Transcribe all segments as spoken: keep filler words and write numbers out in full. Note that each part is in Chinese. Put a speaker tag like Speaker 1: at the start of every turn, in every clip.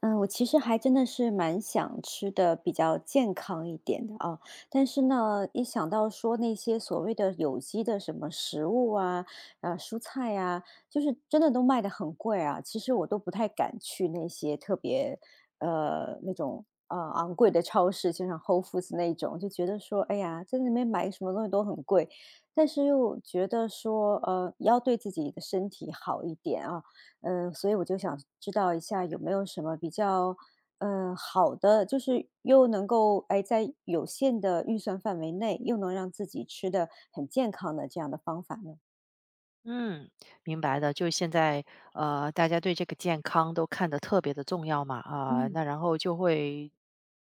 Speaker 1: 嗯，我其实还真的是蛮想吃的比较健康一点的啊，但是呢，一想到说那些所谓的有机的什么食物啊，呃，蔬菜呀、就是真的都卖的很贵啊，其实我都不太敢去那些特别呃那种呃昂贵的超市，就像 Whole Foods 那种，就觉得说，哎呀，在那边买什么东西都很贵，但是又觉得说，呃，要对自己的身体好一点啊，呃，所以我就想知道一下有没有什么比较，呃，好的，就是又能够，哎，在有限的预算范围内，又能让自己吃的很健康的这样的方法呢？
Speaker 2: 嗯，明白的。就现在，呃，大家对这个健康都看得特别的重要嘛，啊、那
Speaker 1: 嗯。
Speaker 2: 然后就会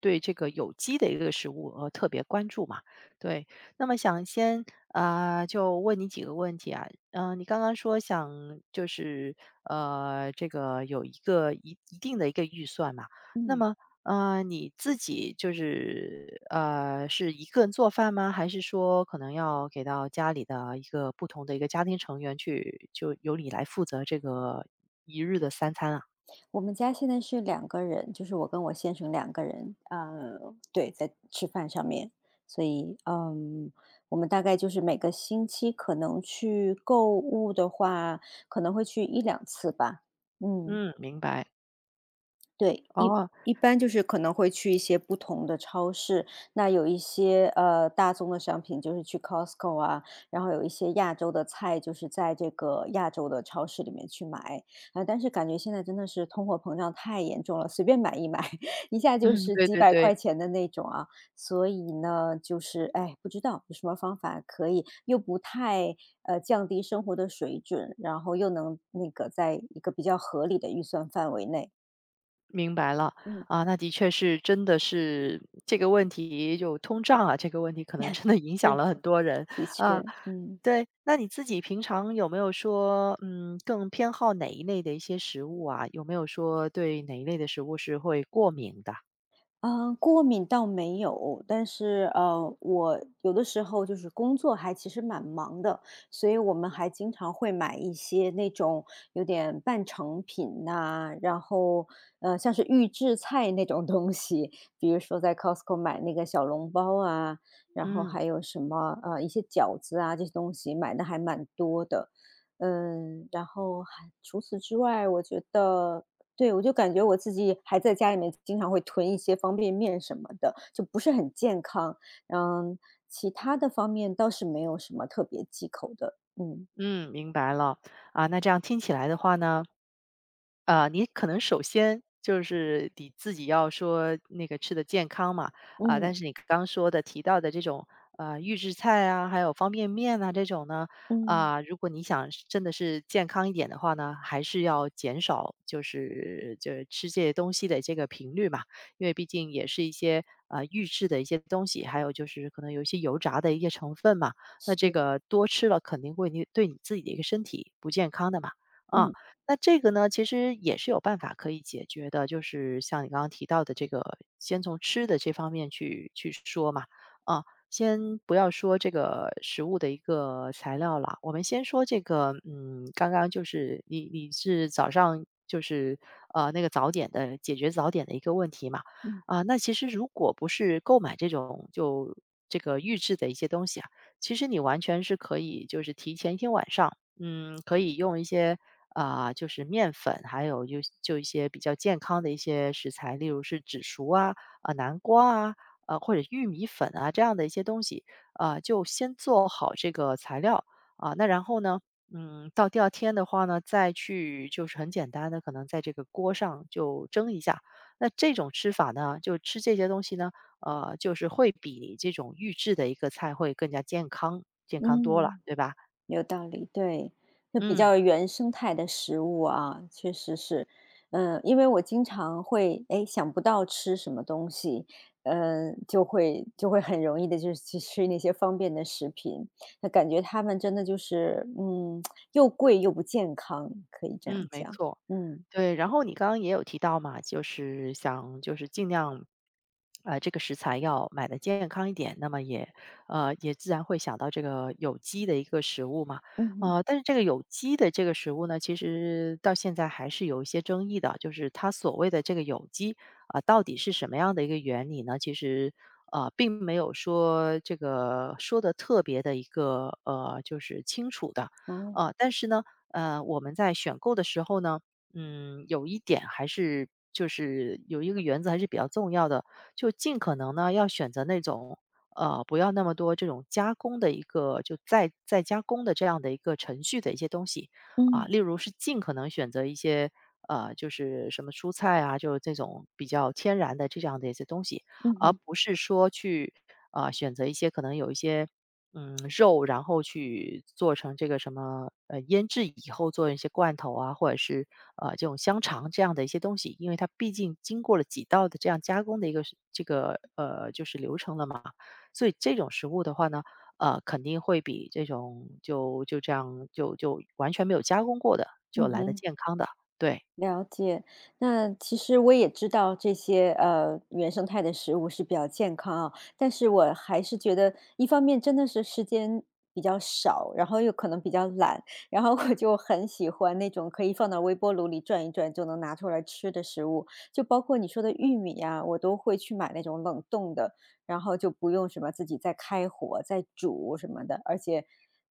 Speaker 2: 对这个有机的一个食物呃特别关注嘛。对，那么想先啊、呃就问你几个问题啊，嗯、你刚刚说想就是呃，这个有一个一一定的一个预算嘛，那
Speaker 1: 嗯，
Speaker 2: 么呃，你自己就是，呃，是一个人做饭吗？还是说可能要给到家里的一个不同的一个家庭成员去就由你来负责这个一日的三餐啊？
Speaker 1: 我们家现在是两个人，就是我跟我先生两个人，呃，对，在吃饭上面。所以，嗯，我们大概就是每个星期可能去购物的话，可能会去一两次吧，嗯。
Speaker 2: 嗯，明白。
Speaker 1: 对，一
Speaker 2: 哦，
Speaker 1: 一般就是可能会去一些不同的超市，那有一些，呃，大宗的商品就是去 Costco 啊，然后有一些亚洲的菜就是在这个亚洲的超市里面去买。啊，但是感觉现在真的是通货膨胀太严重了，随便买一买 一下就
Speaker 2: 嗯，
Speaker 1: 是
Speaker 2: 对
Speaker 1: 几
Speaker 2: 对
Speaker 1: 百
Speaker 2: 对。
Speaker 1: 块钱的那种啊。所以呢，就是哎，不知道有什么方法可以又不太，呃，降低生活的水准，然后又能那个在一个比较合理的预算范围内。
Speaker 2: 明白了。
Speaker 1: 嗯。
Speaker 2: 啊，那的确是，真的是这个问题，就通胀啊，这个问题可能真的影响
Speaker 1: 是，
Speaker 2: 了很多人
Speaker 1: 的
Speaker 2: 啊。
Speaker 1: 确，嗯。
Speaker 2: 对，那你自己平常有没有说，嗯，更偏好哪一类的一些食物啊？有没有说对哪一类的食物是会过敏的？
Speaker 1: 啊，过敏倒没有，但是呃，我有的时候就是工作还其实蛮忙的，所以我们还经常会买一些那种有点半成品呐、然后呃，像是预制菜那种东西，比如说在 Costco 买那个小笼包啊，然后
Speaker 2: 嗯
Speaker 1: 还有什么呃一些饺子啊这些东西，买的还蛮多的。嗯，然后还除此之外，我觉得对，我就感觉我自己还在家里面经常会囤一些方便面什么的，就不是很健康。嗯，其他的方面倒是没有什么特别忌口的。嗯。
Speaker 2: 嗯，明白了啊。那这样听起来的话呢，呃，你可能首先就是你自己要说那个吃的健康嘛，啊，但
Speaker 1: 嗯。
Speaker 2: 是你刚说的提到的这种呃预制菜啊，还有方便面啊这种呢，
Speaker 1: 嗯。
Speaker 2: 啊，如果你想是真的是健康一点的话呢，还是要减少就是就是吃这些东西的这个频率嘛，因为毕竟也是一些呃预制的一些东西，还有就是可能有一些油炸的一些成分嘛，那这
Speaker 1: 是。
Speaker 2: 个多吃了肯定会你对你自己的一个身体不健康的嘛，啊。
Speaker 1: 嗯。
Speaker 2: 那这个呢，其实也是有办法可以解决的，就是像你刚刚提到的这个，先从吃的这方面去去说嘛，啊，先不要说这个食物的一个材料了，我们先说这个，嗯，刚刚就是你你是早上就是呃那个早点的解决早点的一个问题嘛，
Speaker 1: 嗯。
Speaker 2: 啊，那其实如果不是购买这种就这个预制的一些东西啊，其实你完全是可以就是提前一天晚上，嗯，可以用一些。啊，就是面粉，还有就就一些比较健康的一些食材，例如是紫薯啊、啊南瓜啊、呃或者玉米粉啊这样的一些东西，啊，就先做好这个材料啊，那然后呢，嗯，到第二天的话呢，再去就是很简单的，可能在这个锅上就蒸一下。那这种吃法呢，就吃这些东西呢，呃，就是会比你这种预制的一个菜会更加健康，健康多了，
Speaker 1: 嗯。
Speaker 2: 对吧？
Speaker 1: 有道理，对，就比
Speaker 2: 嗯
Speaker 1: 较原生态的食物啊，确实是。嗯，因为我经常会，哎，想不到吃什么东西，嗯，就会就会很容易的，就是去吃那些方便的食品，那感觉他们真的就是，嗯，又贵又不健康，可以这样
Speaker 2: 嗯，没
Speaker 1: 讲。
Speaker 2: 错。
Speaker 1: 嗯。
Speaker 2: 对，然后你刚刚也有提到嘛，就是想就是尽量，呃，这个食材要买的健康一点，那么也呃也自然会想到这个有机的一个食物嘛，
Speaker 1: 嗯哼。
Speaker 2: 呃，但是这个有机的这个食物呢，其实到现在还是有一些争议的，就是它所谓的这个有机啊、到底是什么样的一个原理呢？其实呃，并没有说这个说的特别的一个呃，就是清楚的，
Speaker 1: 哦。
Speaker 2: 呃，但是呢，呃，我们在选购的时候呢，嗯，有一点还是就是有一个原则还是比较重要的，就尽可能呢要选择那种呃不要那么多这种加工的一个就再再加工的这样的一个程序的一些东西啊，
Speaker 1: 嗯。
Speaker 2: 例如是尽可能选择一些呃就是什么蔬菜啊，就是这种比较天然的这样的一些东西，
Speaker 1: 嗯
Speaker 2: 而
Speaker 1: 哼。
Speaker 2: 不是说去啊、呃选择一些可能有一些。嗯，肉，然后去做成这个什么，呃，腌制以后做一些罐头啊，或者是呃这种香肠这样的一些东西，因为它毕竟经过了几道的这样加工的一个是这个呃就是流程了嘛，所以这种食物的话呢，呃，肯定会比这种就就这样就就完全没有加工过的
Speaker 1: 嗯
Speaker 2: 就来的
Speaker 1: 哼。
Speaker 2: 健康的，对。
Speaker 1: 了解。那其实我也知道这些呃原生态的食物是比较健康啊，但是我还是觉得一方面真的是时间比较少，然后又可能比较懒，然后我就很喜欢那种可以放到微波炉里转一转就能拿出来吃的食物，就包括你说的玉米呀，我都会去买那种冷冻的，然后就不用什么自己再开火再煮什么的，而且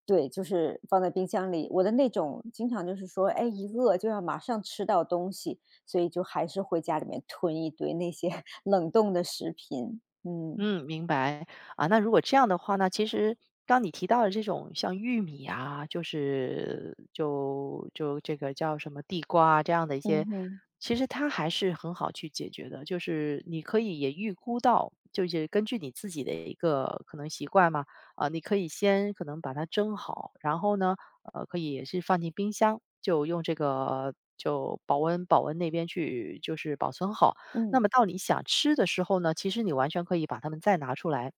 Speaker 1: 对，就是放在冰箱里。我的那种经常就是说，哎，一饿就要马上吃到东西，所以就还是会家里面囤一堆那些 冷冻的食品。嗯。
Speaker 2: 嗯，明白啊。那如果这样的话呢，其实当你提到了这种像玉米啊，就是就就这个叫什么地瓜啊这样的一
Speaker 1: 嗯
Speaker 2: 些，
Speaker 1: 哼。
Speaker 2: 其实它还是很好去解决的。就是你可以也预估到，就是根据你自己的一个可能习惯嘛，啊，你可以先可能把它蒸好，然后呢，呃，可以也是放进冰箱，就用这个就保温保温那边去就是保存好。那
Speaker 1: 嗯。
Speaker 2: 么到你想吃的时候呢，其实你完全可以把它们再拿出来，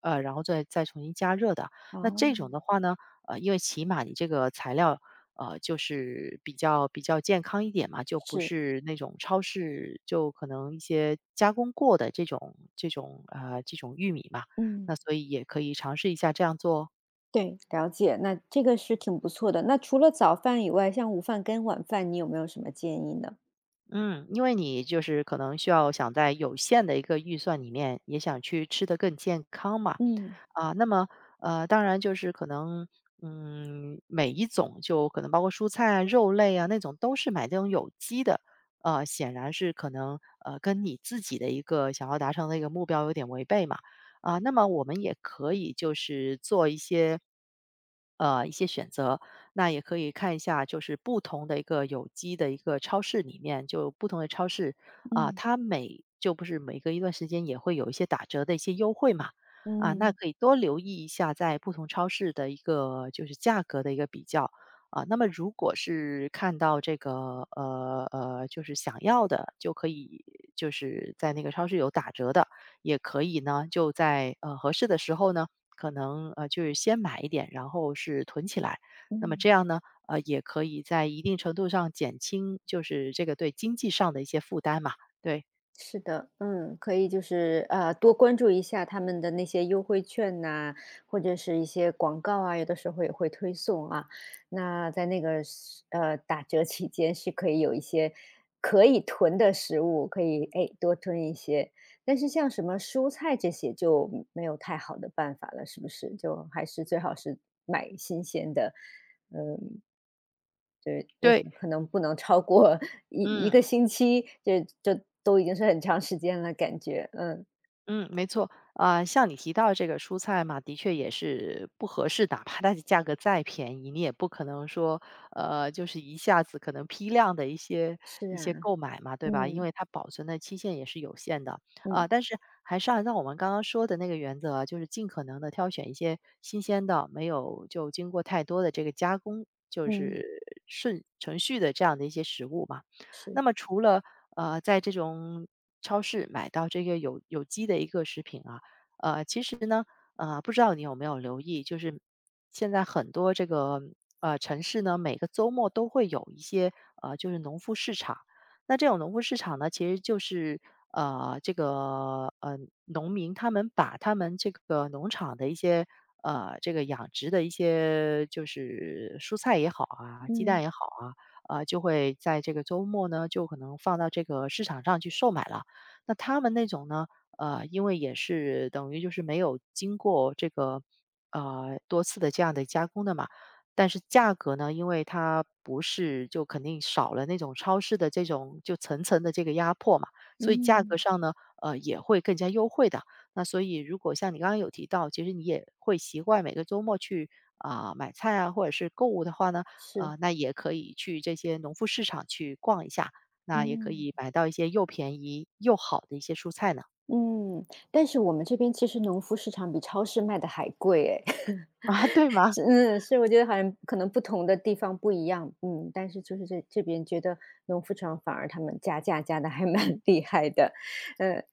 Speaker 2: 呃，然后再再重新加热的。那这
Speaker 1: 哦。
Speaker 2: 种的话呢，呃，因为起码你这个材料，呃，就是比较比较健康一点嘛，就不
Speaker 1: 是。
Speaker 2: 是那种超市就可能一些加工过的这种这种呃这种玉米嘛，那
Speaker 1: 嗯。
Speaker 2: 所以也可以尝试一下这样做哦。
Speaker 1: 对，了解。那这个是挺不错的。那除了早饭以外，像午饭跟晚饭，你有没有什么建议呢？
Speaker 2: 嗯，因为你就是可能需要想在有限的一个预算里面，也想去吃得更健康嘛，
Speaker 1: 嗯。
Speaker 2: 啊，那么呃，当然就是可能，嗯，每一种就可能包括蔬菜啊、肉类啊那种，都是买这种有机的，呃，显然是可能呃跟你自己的一个想要达成的一个目标有点违背嘛，啊，那么我们也可以就是做一些。呃，一些选择。那也可以看一下，就是不同的一个有机的一个超市里面，就不同的超市啊，
Speaker 1: 嗯。
Speaker 2: 它每就不是每隔一段时间也会有一些打折的一些优惠嘛。啊，那
Speaker 1: 嗯。
Speaker 2: 可以多留意一下在不同超市的一个就是价格的一个比较。啊，那么如果是看到这个呃呃，就是想要的，就可以就是在那个超市有打折的，也可以呢，就在呃合适的时候呢，可能呃就是先买一点，然后是囤起来。那么
Speaker 1: 嗯。
Speaker 2: 这样呢，呃，也可以在一定程度上减轻就是这个对经济上的一些负担嘛。对，
Speaker 1: 是的，嗯，可以就是呃多关注一下他们的那些优惠券呐、或者是一些广告啊，有的时候也会推送啊。那在那个时呃打折期间是可以有一些可以囤的食物，可以哎多囤一些。但是像什么蔬菜这些就没有太好的办法了，是不是？就还是最好是买新鲜的。嗯。就是我
Speaker 2: 对，
Speaker 1: 想可能不能超过 一一
Speaker 2: 嗯。
Speaker 1: 个星期，就就都已经是很长时间了感觉。嗯。
Speaker 2: 嗯，没错，啊，像你提到这个蔬菜嘛，的确也是不合适，哪怕它的价格再便宜，你也不可能说，呃，就是一下子可能批量的一些
Speaker 1: 是
Speaker 2: 一些
Speaker 1: 啊。
Speaker 2: 购买嘛，对吧？因
Speaker 1: 嗯。
Speaker 2: 为它保存的期限也是有限的，啊，
Speaker 1: 嗯。
Speaker 2: 但是还是按照我们刚刚说的那个原则啊就是尽可能的挑选一些新鲜的，没有就经过太多的这个加工，就
Speaker 1: 嗯。
Speaker 2: 是顺程序的这样的一些食物嘛。
Speaker 1: 是。
Speaker 2: 那么除了呃，在这种超市买到这个有有机的一个食品啊，呃，其实呢，呃，不知道你有没有留意，就是现在很多这个呃城市呢，每个周末都会有一些呃，就是农夫市场。那这种农夫市场呢，其实就是呃，这个呃农民他们把他们这个农场的一些呃这个养殖的一些就是蔬菜也好啊，鸡蛋
Speaker 1: 嗯。
Speaker 2: 也好啊，啊，就会在这个周末呢，就可能放到这个市场上去售买了。那他们那种呢，呃，因为也是等于就是没有经过这个呃多次的这样的加工的嘛，但是价格呢，因为它不是就肯定少了那种超市的这种就层层的这个压迫嘛，所以价格
Speaker 1: 嗯。
Speaker 2: 上呢，呃，也会更加优惠的。那所以，如果像你刚刚有提到，其实你也会习惯每个周末去啊、买菜啊，或者是购物的话呢，
Speaker 1: 是。
Speaker 2: 呃，那也可以去这些农副市场去逛一下，那也可
Speaker 1: 嗯。
Speaker 2: 以买到一些又便宜又好的一些蔬菜呢。
Speaker 1: 嗯，但是我们这边其实农夫市场比超市卖的还贵诶。
Speaker 2: 啊，对吗？
Speaker 1: 是嗯，是我觉得好像可能不同的地方不一样，嗯，但是就是这这边觉得农夫市场反而他们加价加的还蛮 厉害的。嗯，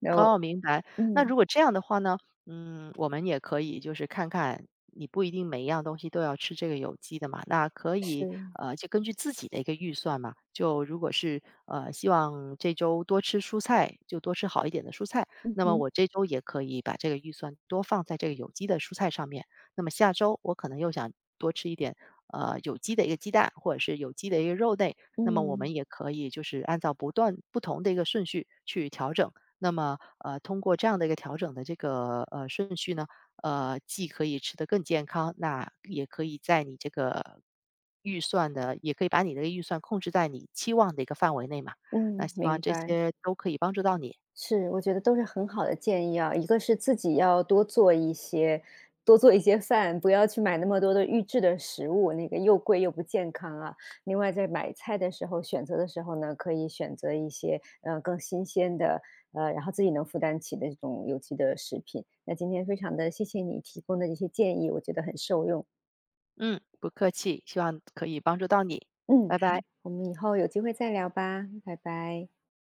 Speaker 1: 然后
Speaker 2: 哦，明白。那
Speaker 1: 嗯，
Speaker 2: 如果这样的话呢，嗯，我们也可以就是看看，你不一定每一样东西都要吃这个有机的嘛，那可以
Speaker 1: 是。
Speaker 2: 呃，就根据自己的一个预算嘛，就如果是呃，希望这周多吃蔬菜，就多吃好一点的蔬菜，
Speaker 1: 嗯
Speaker 2: 那么
Speaker 1: 哼。
Speaker 2: 我这周也可以把这个预算多放在这个有机的蔬菜上面。那么下周我可能又想多吃一点呃，有机的一个鸡蛋，或者是有机的一个肉类，那么我们
Speaker 1: 嗯。
Speaker 2: 也可以就是按照不断不同的一个顺序去调整。那么，呃，通过这样的一个调整的这个呃顺序呢，呃，既可以吃得更健康，那也可以在你这个预算的，也可以把你的预算控制在你期望的一个范围内嘛。那
Speaker 1: 嗯，
Speaker 2: 希望
Speaker 1: 明
Speaker 2: 这
Speaker 1: 白。
Speaker 2: 些都可以帮助到你。
Speaker 1: 是，我觉得都是很好的建议啊。一个是自己要多做一些，多做一些饭，不要去买那么多的预制的食物，那个又贵又不健康啊。另外，在买菜的时候，选择的时候呢，可以选择一些呃更新鲜的，呃，然后自己能负担起的这种有机的食品。那今天非常的谢谢你提供的这些建议，我觉得很受用。
Speaker 2: 嗯，不客气，希望可以帮助到你，
Speaker 1: 嗯，
Speaker 2: 拜
Speaker 1: 好，
Speaker 2: 拜。
Speaker 1: 我们以后有机会再聊吧，拜拜。